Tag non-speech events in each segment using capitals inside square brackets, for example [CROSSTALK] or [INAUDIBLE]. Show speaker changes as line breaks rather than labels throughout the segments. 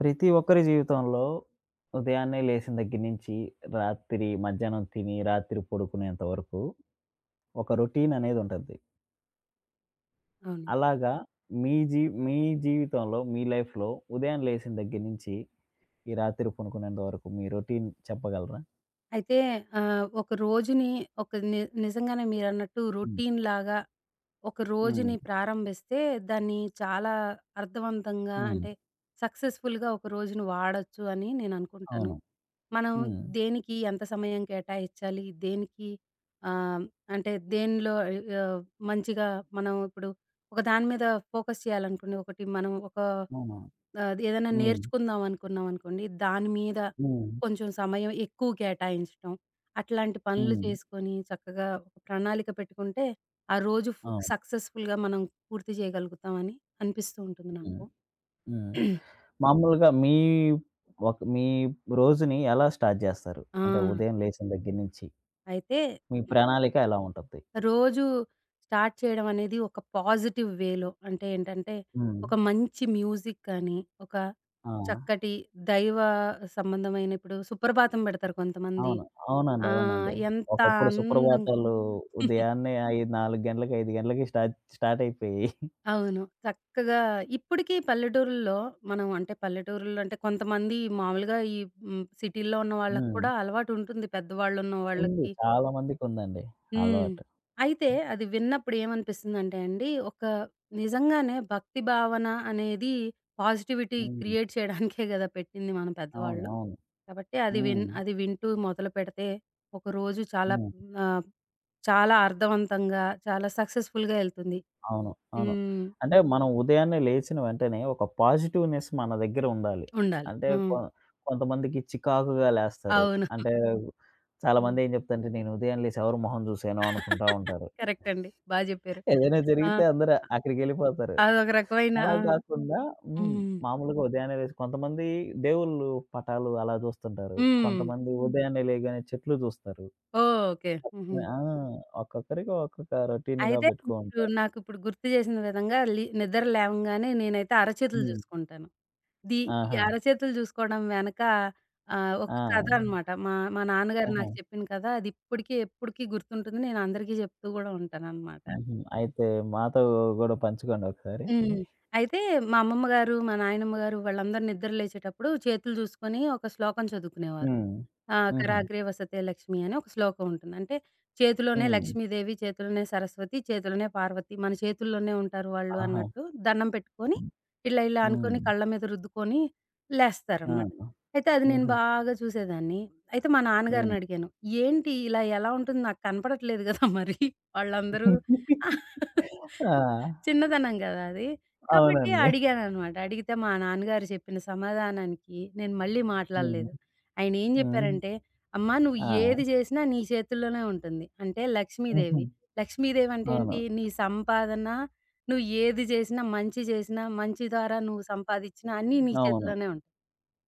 ప్రతి ఒక్కరి జీవితంలో ఉదయాన్నే లేచిన దగ్గర నుంచి రాత్రి మధ్యాహ్నం తిని రాత్రి పడుకునేంత వరకు ఒక రొటీన్ అనేది ఉంటుంది.
అవును.
అలాగా మీ జీవితంలో మీ లైఫ్‌లో ఉదయం లేసిన దగ్గర నుంచి ఈ రాత్రి పనుకునేంత వరకు మీ రొటీన్ చెప్పగలరా?
అయితే ఒక రోజుని ఒక ని నిజంగానే మీరన్నట్టు
హ్మ్.
రొటీన్‌లాగా ఒక
హ్మ్.
రోజుని ప్రారంభిస్తే దాన్ని చాలా అర్థవంతంగా
హ్మ్.
అంటే సక్సెస్‌ఫుల్‌గా ఒక రోజుని వాడొచ్చు అని నేననుకుంటాను.
అవును.
మనం
హ్మ్.
దేనికి ఎంత సమయం కేటాయించాలి? దేనికి ఆహ్, అంటే దేనిలో ఆహ్, మంచిగా మనం ఇప్పుడు ఒక దాని మీద ఫోకస్ చేయాలనుకోండి. ఒకటి మనం
అవునా?
ఏదైనా
హ్మ్.
నేర్చుకుందాం అనుకున్నాం అనుకోండి. దాని మీద
హ్మ్.
కొంచెం సమయం ఎక్కువ కేటాయించటం. అట్లాంటి పనులు
హ్మ్.
చేసుకొని చక్కగా ఒక ప్రణాళిక పెట్టుకుంటే ఆ రోజు
అవును.
సక్సెస్‌ఫుల్‌గా మనం పూర్తి చేయగలుగుతామని అనిపిస్తూ ఉంటుంది
హ్మ్.
నాకు.
హ్మ్.
[CLEARS THROAT]
మామూలుగా మీ రోజుని ఎలా స్టార్ట్ జేస్తారు?
ఆ!
అంటే ఉదయం లేచిన దగ్గర నుంచి?
అయితే
మీ ప్రణాళిక ఎలా ఉంటది?
రోజు స్టార్ట్ చేయడం అనేది ఒక పాజిటివ్ వేలో అంటే ఏంటంటే,
హ్మ్.
ఒక మంచి మ్యూజిక్ కానీ, ఒక
ఆ!
చక్కటి దైవ సంబంధమైన ఇప్పుడు సుప్రభాతం పెడతారు కొంతమంది.
అవును. అవునండి.
ఆ!
అవునండి.
ఎంత
ఒకప్పుడు
అందంగా
సుప్రభాతాలు ఉదయాన్నే 5, 4 గంటలకి, 5 గంటలకి స్టార్ట్ స్టార్ట్ అయిపోయేయి.
అవును. చక్కగా ఇప్పటికి పల్లెటూరుల్లో మనం అంటే పల్లెటూరుల్లో అంటే కొంతమంది మామూలుగా సిటీల్లో ఉన్న వాళ్ళకి
హ్మ్.
కూడా అలవాటుంటుంది పెద్దవాళ్ళున్న
ఉంది.
వాళ్ళకి.
చాలా మందికుందండి
హ్మ్.
అలవాటు.
అయితే అది విన్నప్పుడు ఏమనిపిస్తుందంటే అండి, ఒక నిజంగానే భక్తి భావన అనేది పాజిటివిటీ
హ్మ్.
క్రియేట్ చేయడానికే గదా పెట్టింది మన
అవును.
పెద్దవాళ్ళు.
అవును.
కాబట్టి
హ్మ్.
అది వింటూ మొదలుపెడితే ఒకరోజు చాలా
హ్మ్.
ఆహ్, చాలా అర్థవంతంగా, చాలా సక్సెస్‌ఫుల్‌గా ఎళ్తుంది.
అవును. అవును.
హ్మ్.
అంటే మనం ఉదయాన్నే లేచిన వెంటనే ఒక పాజిటివ్‌నెస్ మన దగ్గర ఉండాలి.
ఉండాలి.
అంటే కొ
హ్మ్.
కొంతమందికి చికాకుగా లేస్తారు.
అవును.
అంటే చాలామంది
హ్మ్.
ఏం చెప్తారంటే, నేను ఉదయం లేసి ఎవరి మొహం చూసానో అనుకుంటా ఉంటారు.
కరెక్ట్ అండి. బా జెప్పారు.
ఏదైనా
ఆ!
జరిగితే అందరూ అక్కడికెళ్ళిపోతారు.
అదొక రకమైన
అలా
ఆ!
కాకుండా హ్మ్.
హ్మ్.
మామూలుగా ఉదయాన్నే లేసి కొంతమంది దేవుళ్ళు పటాలు అలా చూస్తుంటారు.
హ్మ్.
కొంతమంది హ్మ్. ఉదయాన్నే లేయగానే చెట్లు చూస్తారు.
ఓకే. హుహు.
ఆ! ఒక్కొక్కరికి ఒక్కొక్క రొటీన్‌గా
అయితే మీరు
పెట్టుకుంటారు.
నాకిప్పుడు గుర్తు జేసిన విధంగా నిద్ర లేవంగానే నేనైతే అరచేతులు
హ్మ్.
జూసుకుంటాను. ది ఈ
ఆహా!
అరచేతులు జూసుకోవడం వెనక
ఆ!
ఒక కథ అనమాట. మా మా నాన్నగారు
ఆహా!
నాకు చెప్పిన కథ అది ఇప్పటికి ఎప్పటికి గుర్తుంటుంది. నేను అందరికీ జెప్తూ గూడా ఉంటాననమాట.
హుహు. అయితే మాతో గూడా పంచుకోండి ఒకసారి ఇది.
హ్మ్. అయితే మా అమ్మమ్మ గారు, మా నాయనమ్మ గారు వాళ్ళందరూ నిద్ర లేచేటప్పుడు చేతులు జూసుకొని ఒక శ్లోకం చదువుకునేవారు.
హ్మ్. హుహు.
కరాగ్రే వసతే లక్ష్మి అని ఒక శ్లోకం ఉంటుంది. అంటే చేతిలోనే
హ్మ్.
లక్ష్మీదేవి, చేతిలోనే సరస్వతి, చేతిలోనే పార్వతి. మన చేతుల్లోనే ఉంటారు వాళ్ళు
ఆహా!
అన్నట్టు దండం పెట్టుకొని, ఇలా ఇలా అనుకోని
హ్మ్.
కళ్ళ మీద రుద్దుకొని
ఆ!
లేస్తారనమాట. అయితే అది నేను
హుహు.
బాగా చూసేదాన్ని. అయితే మా నాన్నగారిని
హ్మ్.
అడిగాను, "ఏంటి ఇలా ఎలా ఉంటుంది నాకు కనపడట్లేదు గదా! మరి వాళ్ళందరూ."
[LAUGHS] ఆ!
చిన్నతనం గదా! అది. కాబట్టి
అవునండి.
అడిగాననమాట. అడిగితే మా నాన్నగారు చెప్పిన సమాధానానికి నేను మళ్ళీ
హ్మ్.
మాట్లాడలేదు. ఆయనేం
హ్మ్.
జెప్పారంటే, "అమ్మా నువ్వు
ఆ!
ఏది జేసినా నీ చేతుల్లోనే ఉంటుంది. అంటే
హుహు.
లక్ష్మీదేవి. లక్ష్మీదేవి అంటే
అవును.
ఏంటి? నీ సంపాదన, నువ్వు ఏది జేసినా, మంచి జేసినా, మంచి ద్వారా నువ్వు సంపాదిచ్చినా అన్నీ నీ
అవును.
చేతిలోనే ఉంటాయి.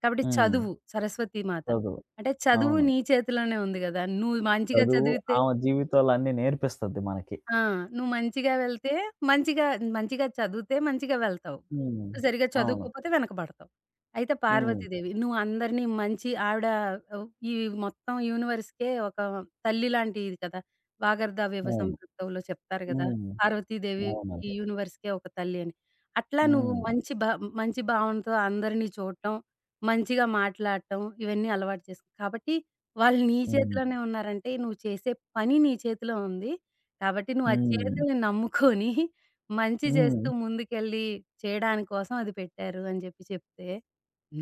కాబట్టి
హ్మ్.
చదువు సరస్వతి మాత.
చదువు.
అంటే చదువు
అవును.
నీ చేతిలోనే ఉంది గదా! నువ్వు మంచిగా
చదువు
చదివితే
ఆమె జీవితంలో అన్నీ నేర్పిస్తది మనకి.
ఆ! నువ్వు మంచిగా వెళ్తే మంచిగా మంచిగా చదివితే మంచిగా వెళ్తావు.
హ్మ్.
సరిగ్గా
అవును.
చదువుకోకపోతే వెనకబడతావు. అయితే
హ్మ్.
పార్వతీదేవి నువ్వు అందరిని మంచి ఆవిడ ఆహ్, ఈ మొత్తం యూనివర్స్‌కే ఒక తల్లి లాంటిది కదా! వాగర్ధావివ
అవును.
సంపృక్తవులో చెప్తారు కదా!
హ్మ్.
పార్వతీదేవి ఈ
అవునదే.
యూనివర్స్‌కే ఒక తల్లి అని. అట్లా నువ్వు
హ్మ్.
మంచి భావనతో అందరిని చూడటం, మంచిగా మాట్లాడటం ఇవన్నీ అలవాటు చేసుకో. కాబట్టి వాళ్ళు నీ
హ్మ్.
చేతిలోనే ఉన్నారంటే నువ్వు చేసే పని నీ చేతిలో ఉంది. కాబట్టి నువ్వు ఆ
హ్మ్.
చేతుని నమ్ముకొని మంచి
హ్మ్.
చేస్తూ ముందుకెళ్ళి చేయడానికోసం అది పెట్టారు అని చెప్పి చెప్తే,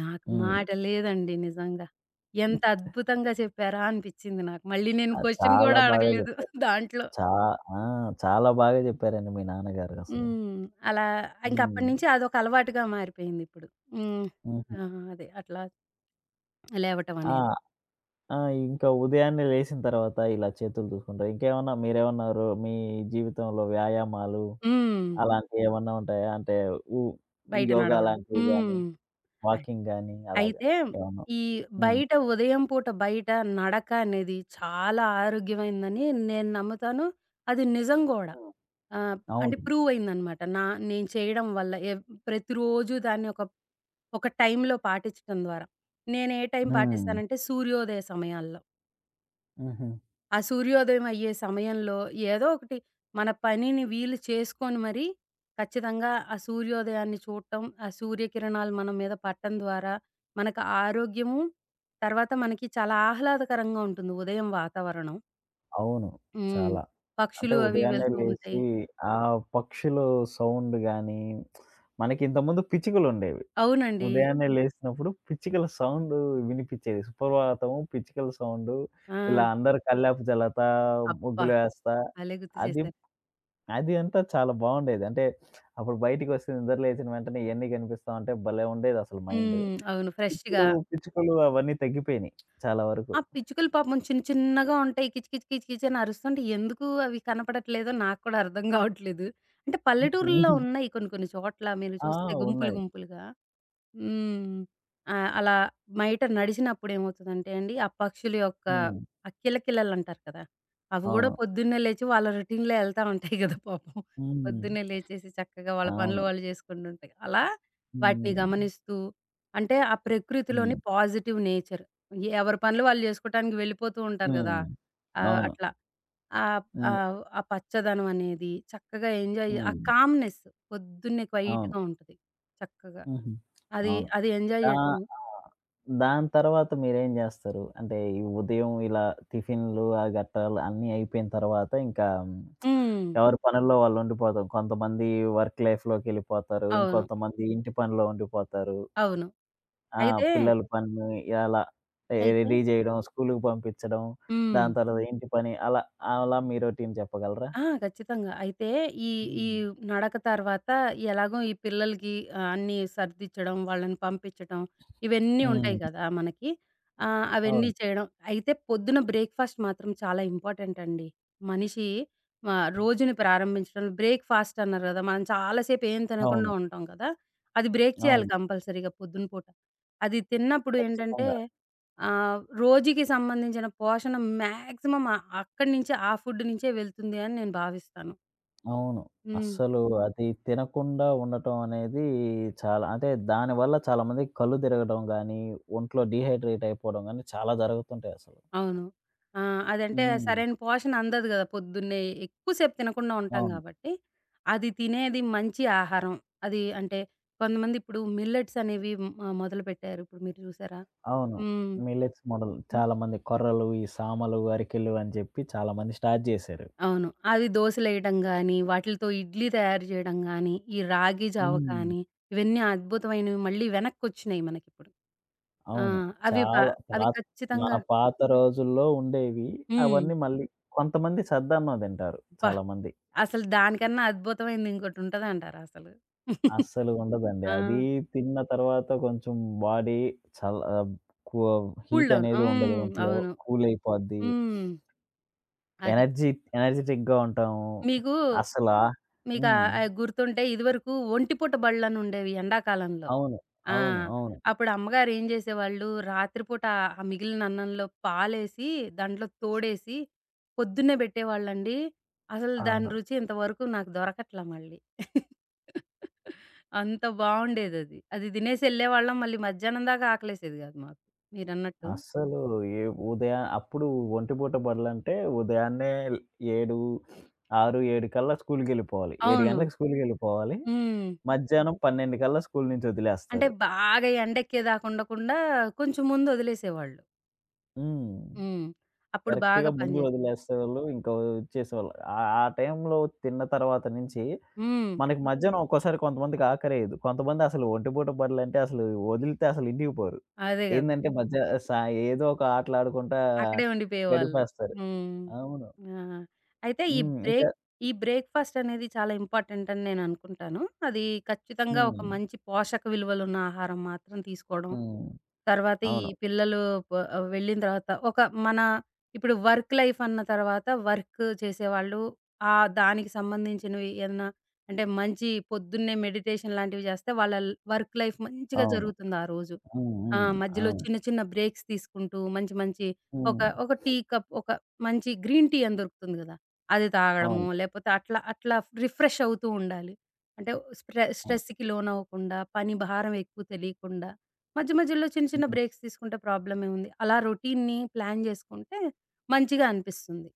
నాకు
హ్మ్.
మాట లేదండి నిజంగా. ఎంత అద్భుతంగా చెప్పారా అనిపిచ్చింది నాకు. మళ్ళీ నేను
ఆ!
క్వెషన్
చాలా
గూడా
బాగా
అడగలేదు [LAUGHS]
చెప్పారు.
దాంట్లో.
చా ఆ! చాలా బాగా చెప్పారండి మీ నాన్నగారు అసలు.
హ్మ్. అలా ఇంక
హ్మ్.
అప్పటినుంచి అదొక అలవాటుగా మారిపోయిందిప్పుడు. హ్మ్.
హుహు.
ఆ! అదే అట్లా లేవటం
ఆ!
అనేది.
ఆ! ఇంకా ఉదయాన్నే లేసిన తర్వాత ఇలా చేతులు దువ్వుకుంటారు. ఇంకేమన్నా మీరేమన్నా రో మీ జీవితంలో వ్యాయామాలు
హ్మ్.
అలాంటియేమన్నా ఉంటాయా? అంటే ఉ
బయట
యోగా
నడవడం.
లాంటివి గాని,
హ్మ్.
వాకింగ్ గాని అలాగా
అయితే
ఏమన్నా?
ఈ
హ్మ్.
బయట ఉదయం పూట బయట నడక అనేది చాలా ఆరోగ్యమైనదని నేను నమ్ముతాను. అది నిజం గూడా.
హ్మ్.
ఆహ్,
అవును.
అంటే ప్రూవ్ అయిందనమాట. నేను చేయడం వల్ల ప్రతిరోజు దాన్ని ఒక టైంలో పాటిచ్చటం ద్వారా. నేను ఏ టైం
హ్మ్.
పాటిస్తానంటే సూర్యోదయ సమయాల్లో.
హుహు.
ఆ సూర్యోదయం అయ్యే సమయంలో ఏదో ఒకటి మన పనిని వీలు చేసుకొని మరి ఖచ్చితంగా ఆ సూర్యోదయాన్ని చూడటం, ఆ సూర్యకిరణాలు మన మీద పడటం ద్వారా మనకు ఆరోగ్యము, తర్వాత మనకి చాలా ఆహ్లాదకరంగా ఉంటుంది ఉదయం వాతావరణం.
అవును.
హ్మ్.
చాలా. అంటే
పక్షులు అవి
ఉదయాన్నే
వెళ్తూ
లేసి
ఉంటాయి.
ఆ పక్షులు సౌండ్ గాని, మనకి ఇంతకుముందు పిచ్చుకలుండేవి.
అవునండి.
ఉదయాన్నే లేసినప్పుడు పిచ్చుకల సౌండ్ వినిపిచ్చేది. సుప్రభాతము, పిచ్చుకల సౌండు
ఆ!
ఇలా అందరూ కల్లాపు జల్లుతా,
అబ్బా!
ముగ్గులేస్తా
భలే గుర్తు
అది
చేశారు.
అది అంతా చాలా బావుండేది. అంటే అప్పుడు బయటికొస్తే నిద్ర లేచిన వెంటనే ఇయన్నీ కనిపిస్తా ఉంటే భలే ఉండేదసలు మైండు.
హ్మ్. అవును. ఫ్రెష్‌గా.
ఇప్పుడు పిచ్చుకలు అవన్నీ తగ్గిపోయినియి చాలా వరకు.
ఆ పిచ్చుకలు పాపం చిన్న చిన్నగా ఉంటాయి. కిచ్ కిచ్ కిచ్ కిచ్ అని అరుస్తుంటే ఎందుకు అవి కనపడట్లేదో నాకు కూడా అర్థం గావట్లేదు. అంటే పల్లెటూరుల్లో
హ్మ్.
ఉన్నాయి కొన్ని కొన్ని చోట్ల మీరు
ఆ!
చూస్తే గుంపులు
ఉన్నాయి.
గుంపులుగా. హ్మ్. అలా బయట నడిచినప్పుడు ఏమవుతదంటే అండి, ఆ పక్షుల యొక్క
హ్మ్.
ఆ కిలకిలలంటారు కదా! అవి గూడా
అవును.
పొద్దున్నే లేచి వాళ్ళ రొటీన్‌లో ఎళ్తా ఉంటాయి గదా! పాపం.
హ్మ్.
పొద్దున్నే లేచేసి చక్కగా వాళ్ళ పనులు
అవును.
వాళ్ళు జేసుకుంటుంటాయి. అలా వాటిని
హ్మ్.
గమనిస్తూ అంటే ఆ ప్రకృతిలోని
హ్మ్.
Positive nature. ఎవరి పనులు వాళ్ళు జేసుకోవటానికి వెళ్ళిపోతూ ఉంటారు గదా!
హ్మ్. అవును.
అట్లా. ఆహ్,
హ్మ్.
ఆహ్, ఆ పచ్చదనం అనేది చక్కగా ఎంజాయ్ ఆ
హ్మ్.
కామ్‌నెస్ పొద్దున్నే
అవును.
క్వైట్‌గా ఉంటది. చక్కగా.
హుహు.
అది,
అవును.
అది ఎంజాయ్
దా
జేయటము.
ఆ! దాని తర్వాత మీరేం జేస్తారు? అంటే ఈ ఉదయం ఇలా టిఫిన్‌లు ఆ గట్రాలు అన్నీ అయిపోయిన తర్వాత ఇంకా
హ్మ్.
ఎవరి పనుల్లో వాళ్ళు ఉండిపోతాం. కొంతమంది వర్క్ లైఫ్‌లోకెళ్ళిపోతారు.
అవును.
ఇంకొంతమంది ఇంటి పనిలో ఉండిపోతారు.
అవును.
ఆ!
అయితే
పిల్లల పనులు అలా
అయితే
రెడీ జేయడం, స్కూలుకి పంపించడం,
హ్మ్.
దాని తర్వాత ఇంటి పని అలా అలా మీ రొటీన్ చెప్పగలరా?
ఆ! ఖచ్చితంగా. అయితే ఈ ఈ
హ్మ్.
నడక తర్వాత ఎలాగో ఈ పిల్లలకి అన్నీ సర్దిచ్చడం, వాళ్ళని పంపించడం ఇవన్నీ ఉంటాయి
హ్మ్.
కదా! మనకి. అవన్నీ
అవును.
చేయడం. అయితే పొద్దున బ్రేక్‌ఫాస్ట్ మాత్రం చాలా ఇంపార్టెంట్ అండి. మనిషి రోజుని ప్రారంభించడం బ్రేక్‌ఫాస్ట్ అన్నారు కదా! మనం చాలా సేపు ఏం తినకుండా
అవును.
ఉంటాం కదా! అది బ్రేక్ చేయాలి
అవును.
కంపల్సరీగా పొద్దున పూట. అది తిన్నప్పుడు ఏంటంటే
ఖచ్చితంగా.
రోజుకి సంబంధించిన పోషణ మాక్సిమం అక్కడి నుంచే ఆ ఫుడ్ నుంచే వెళ్తుంది అని నేను భావిస్తాను.
అవును.
హ్మ్.
అస్సలు అది తినకుండా ఉండటం అనేది చాలా అంటే దానివల్ల చాలామందికి కళ్ళు తిరగడం గానీ, ఒంట్లో డీహైడ్రేట్ అయిపోవడం గానీ చాలా జరుగుతుంటాయి అసలు.
అవును. ఆ! అదంటే
హ్మ్.
సరైన పోషణ అందదు గదా! పొద్దున్నే ఎక్కువసేపు తినకుండా ఉంటాం
అవును.
గాబట్టి, అది తినేది మంచి ఆహారం. అది అంటే కొంతమంది ఇప్పుడు మిల్లెట్స్ అనేవి మొదలుపెట్టారు. ఇప్పుడు మీరు చూసారా?
అవును.
హ్మ్.
మిల్లెట్స్ మొదలు చాలామంది కొర్రలు, ఈ సామలు, అరికెలు అని చెప్పి చాలామంది స్టార్ట్ జేశారు.
అవును. అవి దోసలేయటం గానీ, వాటిలతో ఇడ్లీ తయారు చేయడం గానీ, ఈ రాగి జావ
హ్మ్.
కానీ, ఇవన్నీ అద్భుతమైనవి మళ్ళీ వెనక్కొచ్చినాయి మనకిప్పుడు. ఆ!
అవును.
అవి బా
చాలా
అవి
పాత మన
ఖచ్చితంగా
పాత రోజుల్లో ఉండేవి.
హ్మ్.
అవన్నీ మళ్ళీ కొంతమంది సద్దన్నం తింటారు
అబ్బా!
చాలామంది.
అసలు దానికన్నా అద్భుతమైంది ఇంకోటుంటదంటారా అసలు? [LAUGHS]
అస్సలు ఉండదండి.
ఆ!
అది తిన్న తర్వాత కొంచెం బాడీ చల్ల ఆహ్, కూ
కూల్
హీట్
డౌన్.
అనేది ఉండదు
హ్మ్.
ఒంట్లో.
అవును.
కూల్ అయిపోద్ది.
హ్మ్. అది.
ఎనర్జీ ఎనర్జిటిక్‌గా ఉంటాము.
మీకు
అసలా
మీకా
హ్మ్.
గుర్తుంటే ఇదివరకు ఒంటిపూట బళ్ళనుండేవి ఎండాకాలంలో.
అవును.
ఆ!
అవును. అవును.
అప్పుడు అమ్మగారు ఏం జేసేవాళ్ళు, రాత్రిపూట ఆ మిగిలిన అన్నంలో పాలేసి, దాంట్లో తోడేసి పొద్దున్నే బెట్టేవాళ్ళండి. అసలు దాని
అవును.
రుచి ఇంతవరకు నాకు దొరకట్లా మళ్ళీ. అంత బావుండేదది. అది దినేసి ఎళ్ళేవాళ్ళం. మళ్ళీ మధ్యాహ్నం దాకా ఆకలేసేది గాదు మాకు మీరన్నట్టు.
అస్సలు ఏ ఉదయా అప్పుడు ఒంటిపూట బడులంటే ఉదయాన్నే 7, 6, 7 కల్లా స్కూలుకెళ్ళిపోవాలి. 7
అవును.
గంటలకు స్కూలుకెళ్ళిపోవాలి.
హ్మ్.
మధ్యాహ్నం 12 కల్లా స్కూలు నుంచి
అంటే
వదిలేస్తారు.
బాగా ఎండెక్కేదాకా ఉండకుండా కొంచెం ముందు ఒదిలేసేవాళ్ళు.
హ్మ్.
హ్మ్. అప్పుడు
కరెక్ట్‌గా
బాగా
ముందు
పనిజేసింది.
వదిలేసేవాళ్ళు. ఇంకా వచ్చేసేవాళ్ళు. ఆ ఆ టైంలో తిన్న తర్వాత నుంచి
హ్మ్.
మనకి మధ్యాహ్నం ఒక్కోసారి కొంతమందికి ఆకరేయదు. కొంతమంది అసలు ఒంటిపూట బడులంటే అసలు వదిలితే అసలు ఇంటికి పోరు.
అదే గదా!
ఏందంటే మధ్య సా ఏదో ఒక ఆటలాడుకుంటా
అక్కడే ఉండిపోయేవాళ్ళు.
గడిపేస్తారు.
హ్మ్.
అవును.
ఆ! అయితే
హ్మ్. ఇంకా
ఈ బ్రేక్‌ఫాస్ట్ అనేది చాలా ఇంపార్టెంట్ అని నేననుకుంటాను. అది ఖచ్చితంగా ఒక
హ్మ్.
మంచి పోషక విలువలున్న ఆహారం మాత్రం తీసుకోవడం
హ్మ్.
తర్వాత ఈ
అవును.
పిల్లలు ప వెళ్ళిన తర్వాత ఒక మన ఇప్పుడు వర్క్ లైఫ్ అన్న తర్వాత వర్క్ చేసేవాళ్ళు దానికి సంబంధించినవి ఏదన్నా అంటే మంచి పొద్దున్నే మెడిటేషన్ లాంటివి చేస్తే వాళ్ళ వర్క్ లైఫ్ మంచిగా
అవును.
జరుగుతుంది ఆ రోజు.
హ్మ్.
ఆ!
హ్మ్.
మధ్యలో
అవును.
చిన్న చిన్న బ్రేక్స్ తీసుకుంటూ మంచి మంచి ఒక
హ్మ్.
ఒక టీ కప్ ఒక మంచి గ్రీన్ టీ అని దొరుకుతుంది గదా! అది తాగడము
అవును.
లేపోతే అట్లా అట్లా రిఫ్రెష్ అవుతూ ఉండాలి. అంటే
అవును.
స్ట్రెస్‌కి లోనవ్వకుండా పని భారం ఎక్కువ తెలియకుండా. మధ్య మధ్యలో చిన్న చిన్న
హ్మ్.
బ్రేక్స్ తీసుకుంటే ప్రాబ్లమేముంది. అలా రొటీన్‌ని ప్లాన్ జేసుకుంటే మంచిగా అనిపిస్తుంది.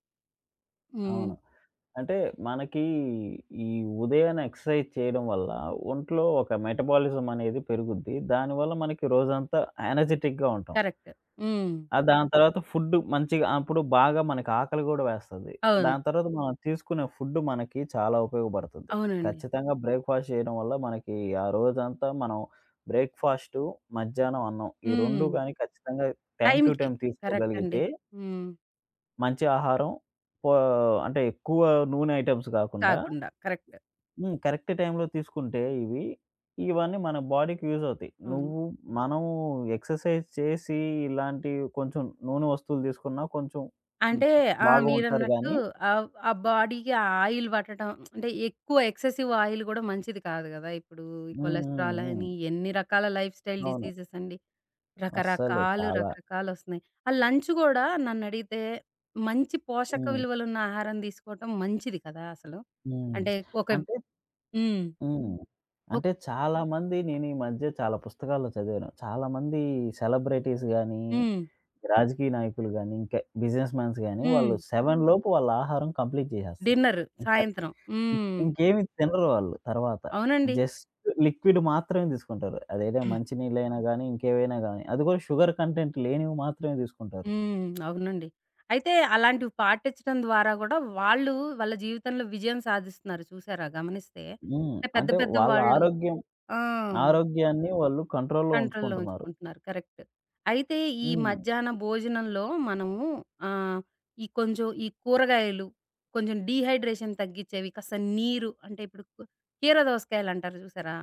హ్మ్.
అవును. అంటే మనకి ఈ ఉదయాన ఎక్సర్సైజ్ చేయడం వల్ల ఒంట్లో ఒక మెటబాలిజం అనేది పెరుగుద్ది. దానివల్ల మనకి రోజంతా ఎనర్జిటిక్‌గా ఉంటాం.
కరెక్ట్. హ్మ్.
ఆ దాని తర్వాత ఫుడ్ మంచిగా అప్పుడు బాగా మనకి ఆకలి గూడా వేస్తది.
అవును.
దాని తర్వాత మనం తీసుకునే ఫుడ్ మనకి చాలా ఉపయోగపడుతుంది.
అవునండి.
ఖచ్చితంగా బ్రేక్‌ఫాస్ట్ చేయడం వల్ల మనకి ఆ రోజంతా మనం బ్రేక్‌ఫాస్టు, మధ్యాహ్నం అన్నం ఈ 2
హ్మ్.
గాని ఖచ్చితంగా టైమ్ టు
టైంకి.
టైమ్
కరెక్ట్ అండి.
తీసుకోగలిగితే
హ్మ్.
మంచి ఆహారం. పో అంటే ఎక్కువ నూనె ఐటెమ్స్ గాకుండా
కాకుండా. కరెక్ట్.
హ్మ్. కరెక్ట్ టైమ్‌లో తీసుకుంటే ఇవి, ఇవన్నీ మన బాడీకి యూజ్ అవుతాయి.
అవును.
నువ్వు మనము ఎక్సర్సైజ్ చేసి ఇలాంటి కొంచెం నూనె వస్తువులు తీసుకున్నా కొంచెం హ్మ్.
అంటే ఆ!
బాగా ఉంటారు
మీరన్నట్టు
గానీ
ఆ బాడీకి ఆ ఆయిల్ పట్టడం అంటే ఎక్కువ ఎక్సెసివ్ ఆయిల్ గూడా మంచిది కాదు గదా! ఇప్పుడు ఈ
హ్మ్. హ్మ్.
కొలెస్ట్రాల్
హ్మ్.
అని ఎన్ని రకాల లైఫ్ స్టైల్
అవును.
డిసీజెస్ అండి.
అస్సలు
రకరకాలు,
చాలా.
రకరకాలొస్తున్నాయి. ఆ లంచ్ గూడా నన్నడిగితే మంచి పోషక
హ్మ్.
విలువలున్న ఆహారం దీసుకోవటం మంచిది కదా అసలు.
హ్మ్.
అంటే ఒక
అంటే
హ్మ్.
హ్మ్.
ఒక్
అంటే చాలామంది నేను ఈ మధ్య చాలా పుస్తకాల్లో చదివాను. చాలామంది సెలబ్రిటీస్ గాని
హ్మ్.
రాజకీయ నాయకులు గాని, ఇంకా బిజినెస్ మాన్స్ గాని
హ్మ్.
వాళ్ళు 7 లోపు వాళ్ళ ఆహారం కంప్లీట్ జేసేస్తారు.
డిన్నర్
ఇంకా
సాయంత్రం. హ్మ్.
ఇంకేమి తినరు వాళ్ళు తర్వాత.
అవునండి.
జస్ట్ లిక్విడ్ మాత్రమే తీసుకుంటారు. అదేదో మంచినీళ్ళైనా గాని, ఇంకేవైనా గాని. అది కూడా షుగర్ కంటెంట్ లేనివి మాత్రమే తీసుకుంటారు.
హ్మ్. అవునండి. అయితే అలాంటివి పాటించడం ద్వారా గూడా వాళ్ళు వాళ్ళ జీవితంలో విజయం సాధిస్తున్నారు చూసారా గమనిస్తే.
హ్మ్.
అంటే పెద్ద
అంటే
పెద్ద
వాళ్ళ
వాళ్ళు
ఆరోగ్యం
ఆ!
ఆరోగ్యాన్ని వాళ్ళు కంట్రోల్‌లో
కంట్రోల్‌లో
ఉంచుకుంటున్నారు.
ఉంచుకుంటున్నారు. కరెక్ట్. అయితే ఈ
హ్మ్.
మధ్యాహ్న భోజనంలో మనము ఆహ్, ఈ కొంచెం ఈ కూరగాయలు, కొంచెం డీహైడ్రేషన్ తగ్గించేవి, కాస్త నీరు అంటే ఇప్పుడు కీర దోసకాయలంటారు చూసారా?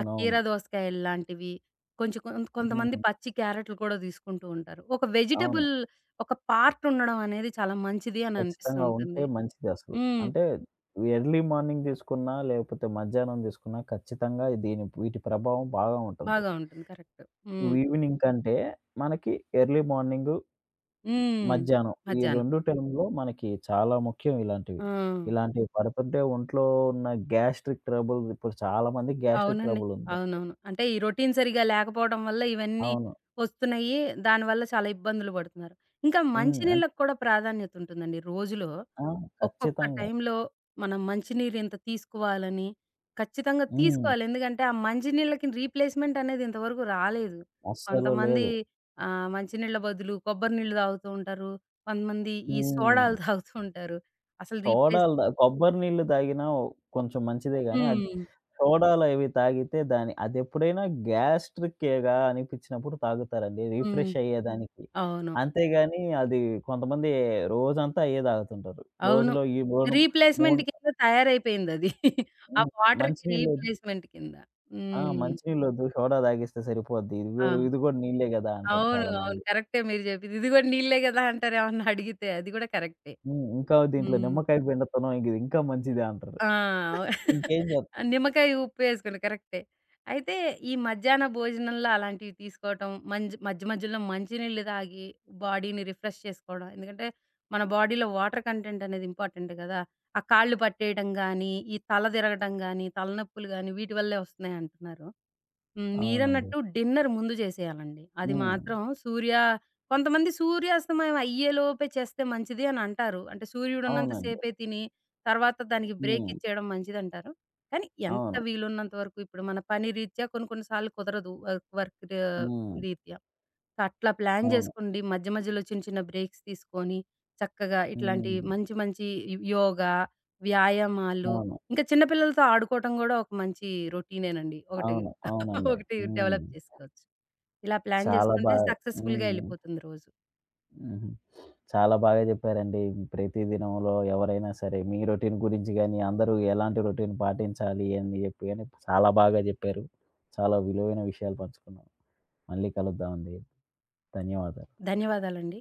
ఆ కీర దోసకాయలు లాంటివి, కొంచెం కొంతమంది
హ్మ్.
పచ్చి క్యారెట్‌లు కూడా తీసుకుంటూ ఉంటారు. ఒక
అవును.
వెజిటబుల్ ఒక పార్ట్ ఉండడం అనేది చాలా మంచిది అని అనిపిస్తూ
ఖచ్చితంగా ఉంటే
ఉంటుంది.
మంచిది అసలు.
హ్మ్.
అంటే ఎర్లీ మార్నింగ్ తీసుకున్నా, లేకపోతే మధ్యాహ్నం తీసుకున్నా ఖచ్చితంగా దీని వీటి ప్రభావం బాగా ఉంటుంది.
బాగా ఉంటుంది. కరెక్ట్. హ్మ్.
ఈవినింగ్ కంటే మనకి ఎర్లీ మార్నింగ్,
హ్మ్.
మధ్యాహ్నం ఈ
మధ్యాహ్నం.
2 టైంలో మనకి చాలా ముఖ్యం ఇలాంటివి.
ఆ!
ఇలాంటివి పడుతుంటే ఒంట్లో ఉన్న గ్యాస్ట్రిక్ ట్రబుల్ ఇప్పుడు చాలా మందికి గ్యాస్ట్రిక్
అవునండి.
ట్రబుల్ ఉంది.
అవునవును. అంటే ఈ రొటీన్ సరిగ్గా లేకపోవడం వల్ల ఇవన్నీ
అవును.
వస్తున్నాయి. దానివల్ల చాలా ఇబ్బందులు పడుతున్నారు. ఇంకా
హ్మ్.
మంచినీళ్ళకి కూడా ప్రాధాన్యత ఉంటుందండి. రోజులో
ఆ!
ఒక్కొక్క
ఖచ్చితంగా.
టైంలో మనం మంచినీరు ఇంత తీసుకోవాలని ఖచ్చితంగా
హ్మ్.
తీసుకోవాలి. ఎందుకంటే ఆ మంచినీళ్ళకి రీప్లేస్‌మెంట్ అనేది ఇంతవరకు రాలేదు.
అస్సలు
కొంతమంది
లేదు.
మంచినీళ్ళ బదులు కొబ్బరి నీళ్ళు తాగుతూ ఉంటారు. కొంతమంది ఈ
హ్మ్.
సోడాలు [LAUGHS] తాగుతూ ఉంటారు. అసలు రీప్లేస్
సోడాలు దా కొబ్బరి నీళ్లు తాగినా ఓ- కొంచెం మంచిదే గాని అది
హ్మ్.
సోడాలు అవి తాగితే దాని అదెప్పుడైనా గ్యాస్ట్రిక్కేగా అనిపించినప్పుడు తాగుతారండి.
హ్మ్.
రిఫ్రెష్ అయ్యేదానికి.
అవును.
అంతేగాని అది కొంతమంది రోజంతా అయ్యే తాగుతుంటారు.
అవును.
రోజులో ఈ మూను
రీప్లేస్‌మెంట్
మూన్
కింద తయారైపోయిందది. ఆ
హ్మ్.
వాటర్‌కి
మంచినీళ్ళొద్దు
రీప్లేస్‌మెంట్ కింద.
ఆ!
హ్మ్.
మంచినీళ్ళొద్దు సోడా తాగిస్తే సరిపోద్ది. ఇది
ఆ!
గూడా ఇది గూడా నీళ్ళే గదా! అంటారు
అవును. అవును.
చాలామంది.
కరెక్టే మీరు జెప్పింది. ఇదిగో నీళ్ళే గదా! అంటారేమన్నా అడిగితే. అది గూడా కరెక్టే.
హ్మ్. ఇంకా దీంట్లో
హ్మ్.
నిమ్మకాయ పిండుతున్నాం ఇంక ఇది ఇంకా మంచిదే అంటారు.
ఆ!
ఇంకేం జేత్
నిమ్మకాయ ఉప్పేసుకొని కరెక్టే. అయితే ఈ మధ్యాహ్న భోజనంలో అలాంటివి తీసుకోవటం, మధ్య మధ్యలో మంచినీళ్ళు తాగి బాడీని రిఫ్రెష్ చేసుకోవడం. ఎందుకంటే, మన బాడీలో వాటర్ కంటెంట్ అనేది ఇంపార్టెంట్ గదా! ఆ కాళ్ళు పట్టేయడం గానీ, ఈ తల తిరగటం గానీ, తలనొప్పులు గానీ వీటి వల్లే వస్తున్నాయంటున్నారు. హ్మ్.
అవునండి.
మీరన్నట్టు డిన్నర్ ముందు చేసేయాలండి. అది
హ్మ్.
మాత్రం సూర్య కొంతమంది సూర్యాస్తమయం అయ్యేలోపే చేస్తే మంచిది అని అంటారు. అంటే సూర్యుడున్నంత
అవునండి.
సేపే తిని, తర్వాత దానికి బ్రేక్
హ్మ్.
ఇచ్చేయడం మంచిదంటారు. కానీ ఎంత
అవును.
వీలున్నంత వరకు ఇప్పుడు మన పని రీత్యా కొన్ని కొన్ని సార్లు కుదరదు. వర్క్ వర్క్ ర
హ్మ్.
రీత్యా. అట్లా ప్లాన్
అవును.
జేసుకోండి. మధ్య మధ్యలో చిన్న చిన్న బ్రేక్స్ తీసుకొని, చక్కగా ఇట్లాంటి
హ్మ్.
మంచి మంచి యోగా, వ్యాయామాలు,
అవును.
ఇంకా చిన్న పిల్లలతో ఆడుకోవటం గూడా ఒక మంచి రొటీనేనండి. ఒకటి
అవును.
[LAUGHS]
అవునండి.
ఒకటి
హ్మ్.
డెవలప్ చేసుకోవచ్చు. ఇలా ప్లాన్
చాలా బా
జేసుకుంటే సక్సెస్‌ఫుల్‌గా
హ్మ్.
ఎళ్ళిపోతుంది రోజు.
హుహు. చాలా బాగా జెప్పారండి. ప్రతి దినంలో ఎవరైనా సరే మీ రొటీన్ గురించి గాని, అందరూ ఎలాంటి రొటీన్ పాటించాలి అని జెప్పి గాని చాలా బాగా జెప్పారు. చాలా విలువైన విషయాలు పంచుకున్నాం. మళ్ళీ కలుద్దామండి. ధన్యవాదాలు.
ధన్యవాదాలండి.